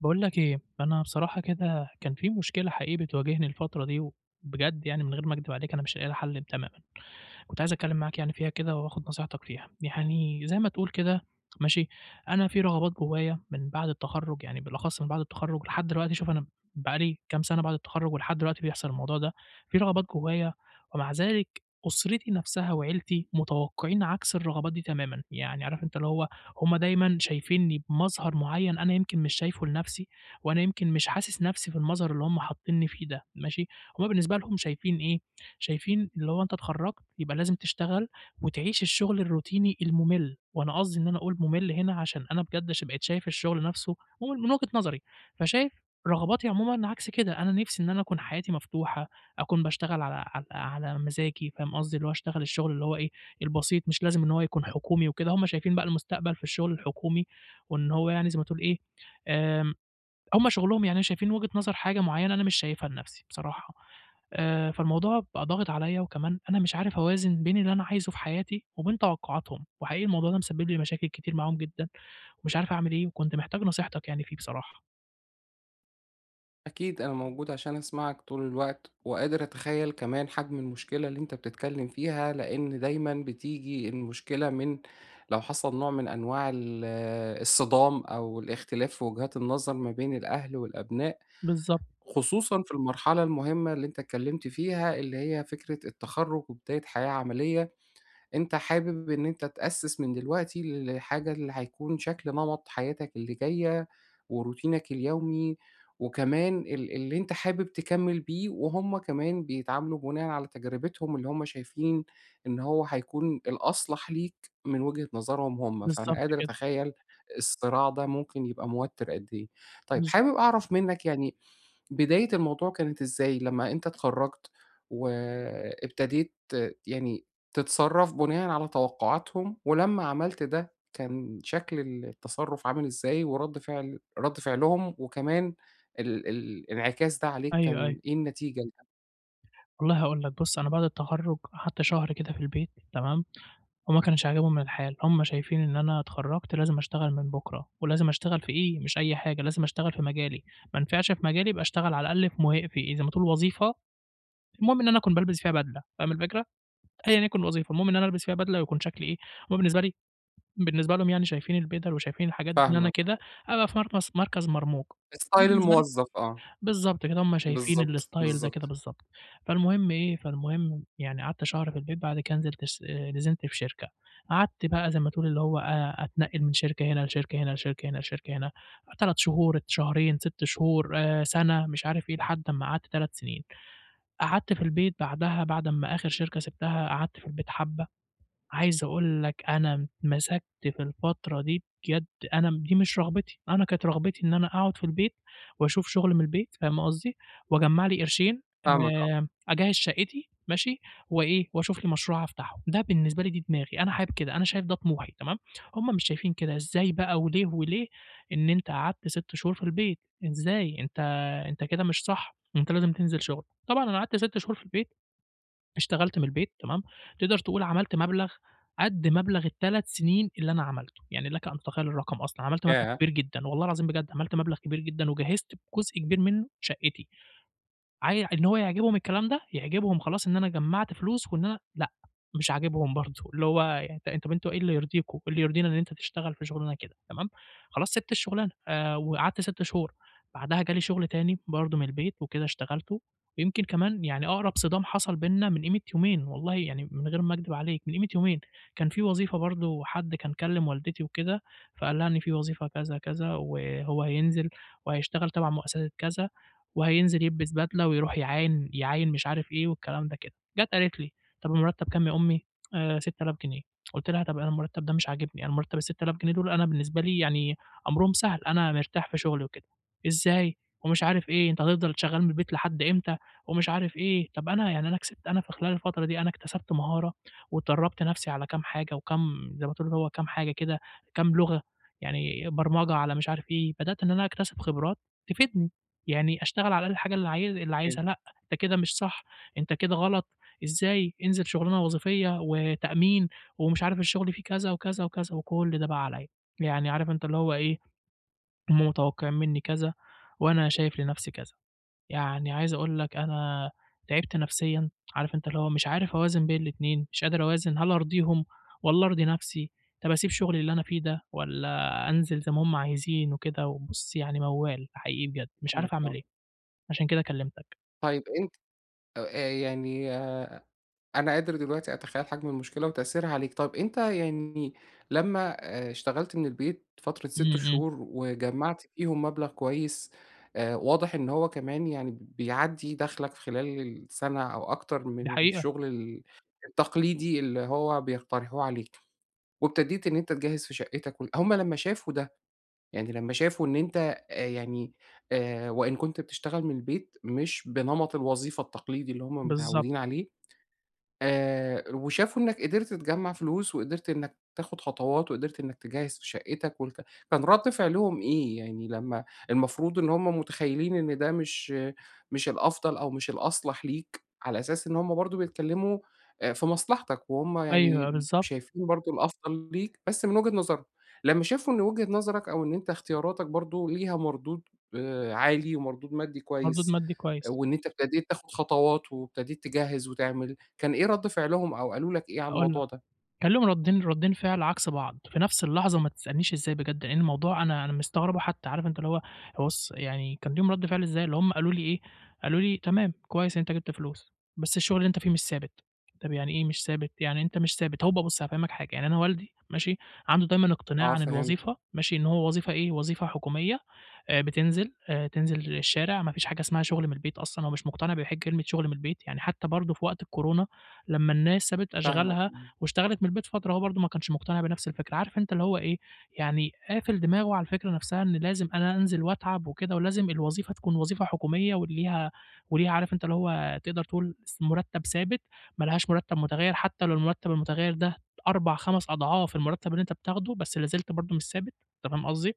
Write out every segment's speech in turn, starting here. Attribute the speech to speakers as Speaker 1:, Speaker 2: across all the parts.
Speaker 1: باقول لك إيه، أنا بصراحة كده كان في مشكلة حقيقي بتواجهني الفترة دي، وبجد يعني من غير ما أكدب عليك أنا مش لاقي لها حل تمام. كنت عايز أتكلم معاك يعني فيها كده وآخد نصيحتك فيها. يعني زي ما تقول كده ماشي، أنا في رغبات جوايا من بعد التخرُّج، يعني بالأخص من بعد التخرُّج لحد دلوقتي شوف أنا بقى لي كام سَنة بعد التخرُّج ولحد دلوقتي بيحصل الموضوع ده، في رغبات جوايا ومع ذلك أسرتي نَفْسها وعيلتي متوقّعين عكس الرغبات دي تمامًا. يعني عارف أنت اللي هو هم دايمًا شايفينّي بمظهر معيّن أنا يمكن مش شايفه لنَفْسي وأنا يمكن مش حاسس نَفْسي في المظهر اللي هم حاطّينّي فيه ده ماشي، هم بالنسبة لهم شايفين إيه، شايفين اللي هو أنت اتخرّجت يبقى لازم تشتغل وتعيش الشغل الروتيني المُمِل، وأنا قصدي إن أنا أقول مُمِل هنا عشان أنا بجد بقيت شايف الشغل نَفْسه هو من وجهة نظري، فشايف رغباتي عمومًا عكس كده، أنا نِفْسي إن أنا أكون حياتي مفتوحة، أكون باشتغل على مزاجي فاهم قصدي، اللي هو أشتغل الشغل اللي هو إيه، البسيط مش لازم إن هو يكون حكومي وكده، هم شايفين بقى المستقبل في الشغل الحكومي وإن هو يعني زي ما تقول إيه، آمم هم شغلهم يعني شايفين وجهة نظر حاجة معيّنة أنا مش شايفها لنَفْسي بصراحة، فالموضوع بقى ضاغط عليّا وكمان أنا مش عارف أوازن بين اللي أنا عايزه في حياتي وبين توقعاتهم، وحقيقي الموضوع ده مسبب لي مشاكل كتير معاهم جدًا ومش عارف أعمل إيه وكنت محتاج نصيحتك يعني فيه بصراحة.
Speaker 2: أكيد أنا موجود عشان أسمعك طول الوقت وقادر أتخيل كمان حجم المشكلة اللي أنت بتتكلم فيها لأن دايما بتيجي المشكلة من لو حصل نوع من أنواع الصدام أو الاختلاف في وجهات النظر ما بين الأهل والأبناء،
Speaker 1: بالضبط،
Speaker 2: خصوصا في المرحلة المهمة اللي أنت اتكلمت فيها، اللي هي فكرة التخرج وبداية حياة عملية. أنت حابب إن أنت تأسِّس من دلوقتي لحاجة اللي هيكون شكل نمط حياتك اللي جاية وروتينك اليومي، وكمان اللي أنت حابب تكمّل بيه، وهُم كمان بيتعاملوا بناءً على تجربتهم اللي هُم شايفين إن هو هيكون الأصلح ليك من وجهة نظرهم هُم، فأنا
Speaker 1: بالضبط
Speaker 2: قادر
Speaker 1: كده،
Speaker 2: أتخيّل الصراع ده ممكن يبقى موتِّر قد إيه. طيب حابب
Speaker 1: بالضبط.
Speaker 2: أعرف منّك يعني بداية الموضوع كانت إزاي لمّا أنت اتخرّجت وابتديت يعني تتصرّف بناءً على توقعاتهم، ولمّا عملت ده كان شكل التصرُّف عامل إزاي، ورَد فعل رَد فعلهم، وكمان الانعكاس ده عليك
Speaker 1: أيوه، أيوه.
Speaker 2: كان إيه النتيجة.
Speaker 1: والله هاقول لك بُص، أنا بعد التخرُّج قعدت شهر كده في البيت تمام؟ هُم ما كانش عاجبهم الحال، هُم شايفين إن أنا اتخرّجت لازم أشتغل من بُكرة، ولازم أشتغل في إيه، مش أي حاجة، لازم أشتغل في مجالي، ما نفعش في مجالي يبقى أشتغل على الأقل في في زي ما تقول وظيفة، المهم إن أنا أكون بالبس فيها بدلة، فاهم الفكرة؟ أيًا يكن الوظيفة، المهم إن أنا ألبس فيها بدلة ويكون شكلي إيه، هُم بالنسبة لي بالنسبة لهم يعني شايفين البِدَل وشايفين الحاجات دي إن أنا
Speaker 2: فاهمك.
Speaker 1: كده أبقى في مركز مرموق. أنا
Speaker 2: ستايل
Speaker 1: بالنسبة لي
Speaker 2: الموظف، آه.
Speaker 1: بالضبط كده، هُم شايفين
Speaker 2: بالضبط،
Speaker 1: الstyle ده كده
Speaker 2: بالضبط.
Speaker 1: بالضبط. فالمهم إيه، فالمهم يعني قعدت شهر في البيت، بعد كده نزلت في شركة. قعدت بقى زي ما تقول اللي هو أتنقل من شركة هنا لشركة هنا، لشركة هنا، لشركة هنا، 3 شهور، شهرين، 6 شهور، سَنة، مش عارف إيه، لحد أمّا قعدت 3 سنين. قعدت في البيت بعدها، بعد أمّا آخر شركة سِبتها، قعدت في البيت حبّة. عايز أقول لك أنا اتمسكت في الفترة دي بجد أنا دي مش رغبتي، أنا كانت رغبتي إن أنا أقعد في البيت وأشوف شغل من البيت فاهم قصدي، وأجمّع لي قرشين
Speaker 2: فاهمك آه.
Speaker 1: أجهّز شقتي ماشي، وإيه، وأشوف لي مشروع أفتحه، ده بالنسبة لي دي دماغي، أنا حابب كده، أنا شايف ده طموحي تمام، هُم مش شايفين كده، إزاي بقى وليه، وليه إن أنت قعدت 6 شهور في البيت، إزاي أنت أنت كده مش صح، أنت لازم تنزل شغل، طبعًا أنا قعدت 6 شهور في البيت اشتغلت من البيت تمام، تقدر تقول عملت مبلغ قد مبلغ ال3 سنين اللي أنا عملته، يعني لك أن تتخيل الرقم أصلًا، عملت مبلغ
Speaker 2: ياه!
Speaker 1: كبير جدًا والله العظيم بجد، عملت مبلغ كبير جدًا وجهّزت بجزء كبير منه شقتي. إن هو يعجبهم الكلام ده، يعجبهم خلاص إن أنا جمّعت فلوس وإن أنا لأ، مش عاجبهم برضه، اللي هو يعني أنتم إيه اللي يرضيكم، اللي يرضينا إن أنت تشتغل في شغلانة كده، تمام، خلاص سِبت الشغلانة وقعدت 6 شهور، بعدها جالي شغل تاني برضه من البيت وكده اشتغلته، ويمكن كمان يعني أقرب صدام حصل بيننا من قيمة يومين والله يعني من غير ما أكدب عليك، من قيمة يومين، كان في وظيفة برضه حد كان كلّم والدتي وكده، فقال لها إن في وظيفة كذا، كذا، وهو هينزل وهيشتغل تبع مؤسسة كذا وهينزل يلبس بدلة ويروح يعاين مش عارف إيه والكلام ده كده. جات قالت لي: "طب المرتب كام يا أمي؟" 6000 جنيه. قُلت لها: "طب أنا المرتب ده مش عاجبني، أنا مرتب ال6000 جنيه دول أنا بالنسبة لي يعني أمرهم سهل، أنا مرتاح في شغلي وكده." "إزاي؟" ومش عارف إيه، "أنت هتفضل شغّال من البيت لحد إمتى؟" ومش عارف إيه. "طب أنا يعني أنا كسبت أنا في خلال الفترة دي أنا اكتسبت مهارة واتدرّبت نَفْسي على كام حاجة وكام" زي ما تقول اللي هو كام حاجة كده، كام لغة، يعني برمجة على مش عارف إيه، بدأت إن أنا أكتسب خبرات تفيدني." يعني أشتغل على الحاجة اللي عايز اللي
Speaker 2: أيوه،
Speaker 1: عايزها، لأ، أنت كده مش صح، أنت كده غلط، إزاي؟ انزل شغلانة وظيفية وتأمين ومش عارف الشغل فيه كذا وكذا وكذا، وكل ده بقى عليّا، يعني عارف أنت اللي هو إيه، هُم متوقعين مني كذا وأنا شايف لنفسي كذا، يعني عايز أقول لك أنا تعبت نفسيًا، عارف أنت اللي هو مش عارف أوازن بين الاتنين، مش قادر أوازن هل أرضيهم والّا أرضي نفسي، طَب أسيب شغلي اللي أنا فيه ده والّا أنزل زي ما هُم عايزين وكده، وبُص يعني موال حقيقي بجد، مش
Speaker 2: فاهمك
Speaker 1: عارف أعمل
Speaker 2: آه.
Speaker 1: إيه. عشان كده كلّمتك.
Speaker 2: طيب أنت يعني أنا قادر دلوقتي أتخيّل حجم المشكلة وتأثيرها عليك. طَب أنت يعني لمّا اشتغلت من البيت فترة
Speaker 1: إمم،
Speaker 2: 6
Speaker 1: إمم،
Speaker 2: شهور وجمّعت فيهم مبلغ كويس، واضح إن هو كمان يعني بيعدّي دخلك في خلال السنة أو أكتر
Speaker 1: دي
Speaker 2: من
Speaker 1: حقيقة،
Speaker 2: الشغل التقليدي اللي هو بيقترحوه عليك. وابتديت إن أنت تجهّز في شقتك، هُم لمّا شافوا ده، يعني لمّا شافوا إن أنت يعني وإن كنت بتشتغل من البيت مش بنمط الوظيفة التقليدي اللي هُم
Speaker 1: بالضبط،
Speaker 2: متعوّدين عليه، وشافوا إنّك قدرت تجمّع فلوس، وقدرت إنّك تاخد خطوات، وقدرت إنّك تجهّز في شقتك، والك كان رَد فعلهم إيه؟ يعني لمّا المفروض إن هم متخيّلين إن ده مش الأفضل أو مش الأصلح ليك، على أساس إن هم برضه بيتكلّموا في مصلحتك، وهم
Speaker 1: أيوه
Speaker 2: يعني
Speaker 1: بالضبط،
Speaker 2: شايفين برضه الأفضل ليك بس من وجهة نظرهم. لمّا شافوا إن وجهة نظرك أو إن أنت اختياراتك برضه ليها مردود عالي ومردود مادي
Speaker 1: مردود
Speaker 2: كويس،
Speaker 1: مادي
Speaker 2: آه،
Speaker 1: كويس.
Speaker 2: وإن أنت ابتديت تاخد خطوات وابتديت تجهّز وتعمل، كان إيه رَد فعلهم أو قالوا لك إيه على
Speaker 1: هاقول لك،
Speaker 2: الموضوع ده؟
Speaker 1: كان لهم ردّين فعل عكس بعض في نفْس اللحظة، ما تسألنيش إزاي بجد، لإن الموضوع أنا مستغربه حتى، عارف أنت اللي هو بُص يعني كان ليهم رَد فعل إزاي، اللي هُم قالوا لي إيه، قالوا لي: "تمام، كويس إن أنت جِبت فلوس، بس الشغل اللي أنت فيه مش ثابت." طَب يعني إيه مش ثابت؟ يعني أنت مش ثابت هو بقى بُص هافهمك حاجة، يعني أنا والدي ماشي، عنده دايمًا اقتناع
Speaker 2: آه
Speaker 1: عن
Speaker 2: فهمتك.
Speaker 1: الوظيفة ماشي، إن هو وظيفة إيه، وظيفة حكومية بتنزل تنزل الشارع، ما فيش حاجة اسمها شغل من البيت أصلًا، هو مش مقتنع بحجة كلمة شغل من البيت، يعني حتى برضه في وقت الكورونا لمّا الناس سابت
Speaker 2: فاهمك
Speaker 1: أشغالها
Speaker 2: آه.
Speaker 1: واشتغلت من البيت فترة، هو برضه ما كانش مقتنع بنفس الفكرة، عارف أنت اللي هو إيه، يعني قافل دماغه على الفكرة نفسها إن لازم أنا أنزل وأتعب وكده، ولازم الوظيفة تكون وظيفة حكومية وليها عارف أنت اللي هو تقدر تقول مرتب ثابت، ما لهاش مرتب متغيّر، حتى لو المرتب المتغيّر ده 4، 5 أضعاف المرتب اللي أنت بتاخده، بس لا زلت برضه مش ثابت، أنت فاهم قصدي؟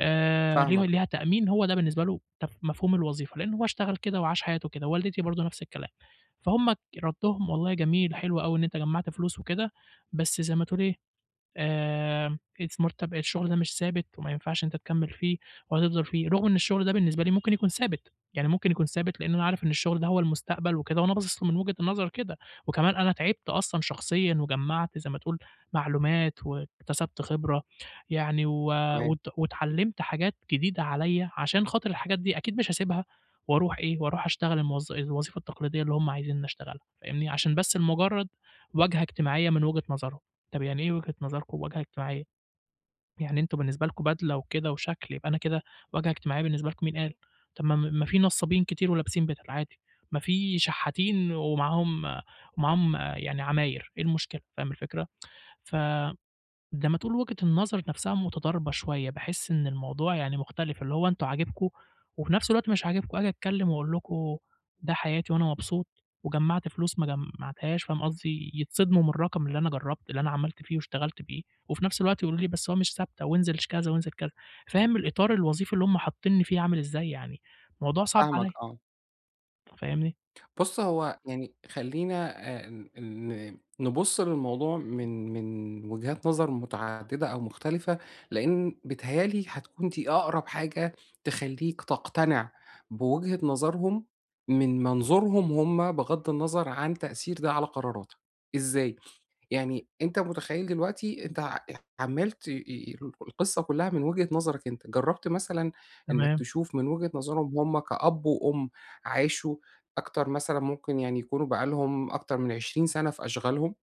Speaker 1: ليه
Speaker 2: فاهمك
Speaker 1: ليها
Speaker 2: آه.
Speaker 1: تأمين، هو ده بالنسبة له مفهوم الوظيفة، لإن هو اشتغل كده وعاش حياته كده، والدتي برضه نفس الكلام. فهُم ك ردّهم والله جميل، حلو أوي إن أنت جمّعت فلوس وكده، بس زي ما تقول إيه، آآ المرتب الشغل ده مش ثابت وما ينفعش أنت تكمّل فيه وهتفضل فيه، رغم إن الشغل ده بالنسبة لي ممكن يكون ثابت، يعني ممكن يكون ثابت لإن أنا عارف إن الشغل ده هو المستقبل وكده وأنا باصص له من وجهة النظر كده، وكمان أنا تعبت أصلًا شخصيًا وجمّعت زي ما تقول معلومات واكتسبت خبرة، يعني و
Speaker 2: تمام.
Speaker 1: وات واتعلّمت حاجات جديدة عليّا عشان خاطر الحاجات دي أكيد مش هاسيبها وأروح إيه، وأروح أشتغل الوظيفة التقليدية اللي هم عايزينّي أشتغلها، فاهمني؟ عشان بس لمجرّد واجهة اجتماعية من وجهة نظرهم. طب يعني إيه وجهة نظركم واجهة اجتماعية؟ يعني أنتم بالنسبة لكم بدلة وكده وشكل، يبقى أنا كده واجهة اجتماعية بالنسبة لكم مين قال؟ طب ما في نصابين كتير ولابسين بدل عادي، ما في شحاتين ومعاهم ومعاهم يعني عماير، إيه المشكلة؟ فاهم الفكرة؟ ف لمّا تقول وجهة النظر نفْسها متضاربة شوية، باحس إن الموضوع يعني مختلف، اللي هو أنتم عاجبكم وفي نفْس الوقت مش عاجبكم، آجي أتكلّم وأقول لكم ده حياتي وأنا مبسوط وجمّعت فلوس ما جمّعتهاش، فاهم قصدي، يتصدموا من الرقم اللي أنا جرّبت اللي أنا عملت فيه واشتغلت بيه، وفي نفْس الوقت يقولوا لي بس هو مش ثابتة وانزل ش كذا وانزل كذا، فاهم الإطار الوظيفي اللي هُم حاطّينّي فيه عامل إزاي يعني، الموضوع صعب
Speaker 2: فاهمك
Speaker 1: عليَّ،
Speaker 2: آه.
Speaker 1: فاهمني،
Speaker 2: بُص هو يعني خلّينا آآ نبُص للموضوع من وجهات نظر متعددة أو مختلفة، لإن بيتهيأ لي هتكون دي أقرب حاجة تخلّيك تقتنع بوجهة نظرهم من منظورهم هم، بغض النظر عن تأثير ده على قراراتك. إزاي؟ يعني أنت متخيّل دلوقتي أنت عمّال ت ي القصة كلّها من وجهة نظرك أنت. جرّبت مثلًا إنّك
Speaker 1: تمام،
Speaker 2: تشوف من وجهة نظرهم هم كأب وأم عاشوا أكتر؟ مثلًا ممكن يعني يكونوا بقى لهم أكتر من 20 سَنة في أشغالهم؟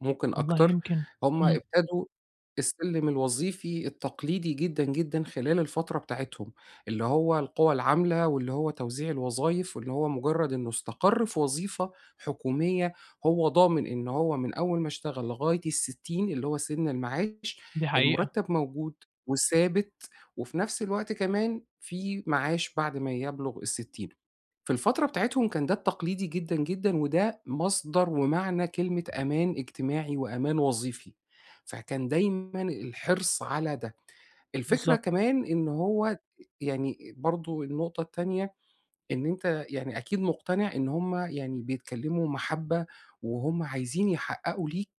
Speaker 2: ممكن
Speaker 1: والله
Speaker 2: أكتر.
Speaker 1: يمكن،
Speaker 2: هُم
Speaker 1: إمم،
Speaker 2: ابتدوا السلِّم الوظيفي التقليدي جدًا، جدًا خلال الفترة بتاعتهم، اللي هو القوى العاملة، واللي هو توزيع الوظايف، واللي هو مجرّد إنه استقر في وظيفة حكومية هو ضامن إن هو من أول ما اشتغل لغاية ال60 اللي هو سِن المعاش،
Speaker 1: دي حقيقة،
Speaker 2: المُرتّب موجود وثابت، وفي نفس الوقت كمان في معاش بعد ما يبلُغ ال60. في الفترة بتاعتهم كان ده التقليدي جدًا، جدًا، وده مصدر ومعنى كلمة أمان اجتماعي وأمان وظيفي، فكان دايمًا الحرص على ده. الفكرة
Speaker 1: بالضبط،
Speaker 2: كمان إن هو يعني برضه النقطة التانية، إن أنت يعني أكيد مقتنع إن هُم يعني بيتكلموا محبة، وهُم عايزين يحققوا ليك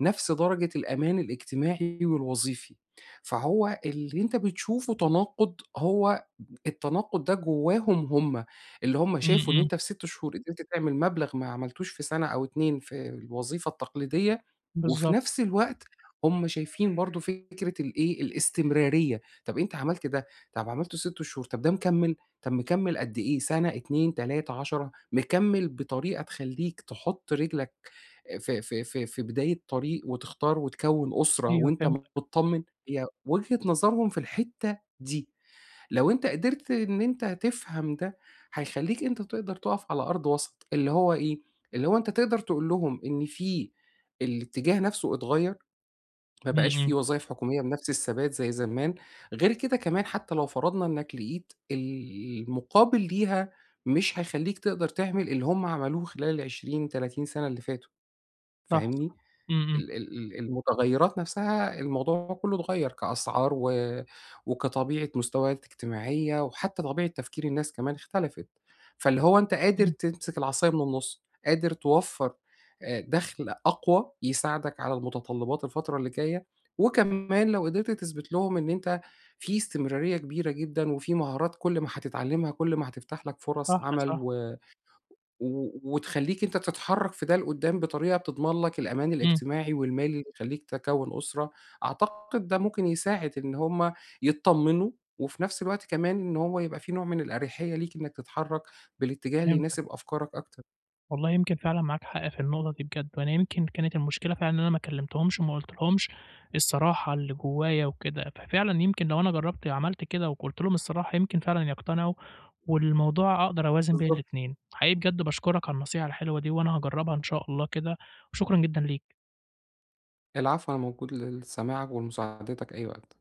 Speaker 2: نفس درجة الأمان الاجتماعي والوظيفي، فهو اللي أنت بتشوفه تناقض، هو التناقض ده جواهم هم، اللي هم
Speaker 1: إمم،
Speaker 2: شافوا إن
Speaker 1: إمم،
Speaker 2: أنت في 6 شهور قدرت تعمل مبلغ ما عملتوش في سنة أو 2 في الوظيفة التقليدية، وفي
Speaker 1: بالضبط،
Speaker 2: نفس الوقت هم شايفين برضه فكرة الإيه، الاستمرارية. طب أنت عملت ده، طب عملته 6 شهور، طب ده مكمّل، طب مكمّل قد إيه، سنة، 2، 3، 10؟ مكمّل بطريقة تخلّيك تحط رجلك في بداية طريق، وتختار وتكوّن أسرة
Speaker 1: أيوه
Speaker 2: وأنت
Speaker 1: فهمتك،
Speaker 2: متطمن. هي وجهة نظرهم في الحتة دي. لو أنت قدرت إن أنت تفهم ده، هيخلّيك أنت تقدر تُقف على أرض وسط، اللي هو إيه، اللي هو أنت تقدر تقول لهم إن في الاتجاه نَفْسه اتغيّر، ما
Speaker 1: إمم،
Speaker 2: بقاش
Speaker 1: إمم.
Speaker 2: في وظايف حكومية بنَفْس الثبات زي زمان، غير كده كمان، حتى لو فرضنا إنّك لقيت المقابل ليها، مش هيخلّيك تقدر تعمل اللي هم عملوه خلال ال20، 30 سَنة اللي فاتوا،
Speaker 1: صح،
Speaker 2: فاهمني؟
Speaker 1: صح. إمم، إمم،
Speaker 2: ال ال ال المتغيّرات نفسها، الموضوع كلّه اتغيّر كأسعار وكطبيعة مستويات اجتماعية، وحتى طبيعة تفكير الناس كمان اختلفت، فاللي هو أنت قادر
Speaker 1: إمم.
Speaker 2: تمسك العصاية من النُص، قادر توفّر دخل أقوى يساعدك على المتطلبات الفترة اللي جاية، وكمان لو قدرت تثبت لهم إن أنت في استمرارية كبيرة جدًا، وفي مهارات، كل ما هتتعلمها كل ما هتفتح لك فرص
Speaker 1: صح،
Speaker 2: عمل
Speaker 1: صح.
Speaker 2: و و وتخلّيك أنت تتحرّك في ده لقدّام بطريقة بتضمن لك الأمان
Speaker 1: إمم،
Speaker 2: الاجتماعي والمالي اللي يخلّيك تكوّن أسرة، أعتقد ده ممكن يساعد إن هم يتطمّنوا، وفي نفس الوقت كمان إن هو يبقى في نوع من الأريحية ليك إنك تتحرّك بالاتجاه اللي
Speaker 1: فهمتك.
Speaker 2: يناسب أفكارك أكتر.
Speaker 1: والله يمكن فعلًا معاك حق في النقطة دي بجد، وأنا يمكن كانت المشكلة فعلًا إن أنا ما كلّمتهمش وما قُلتلهمش الصراحة اللي جوايا وكده، ففعلًا يمكن لو أنا جرّبت عملت كده وقُلت لهم الصراحة يمكن فعلًا يقتنعوا، والموضوع أقدر أوازن بين
Speaker 2: بالضبط.
Speaker 1: الاتنين. حقيقي بجد باشكرك على النصيحة الحلوة دي، وأنا هاجرّبها إن شاء الله كده، وشكرًا جدًا ليك.
Speaker 2: العفو، أنا موجود لسماعك ولمساعدتك أي وقت.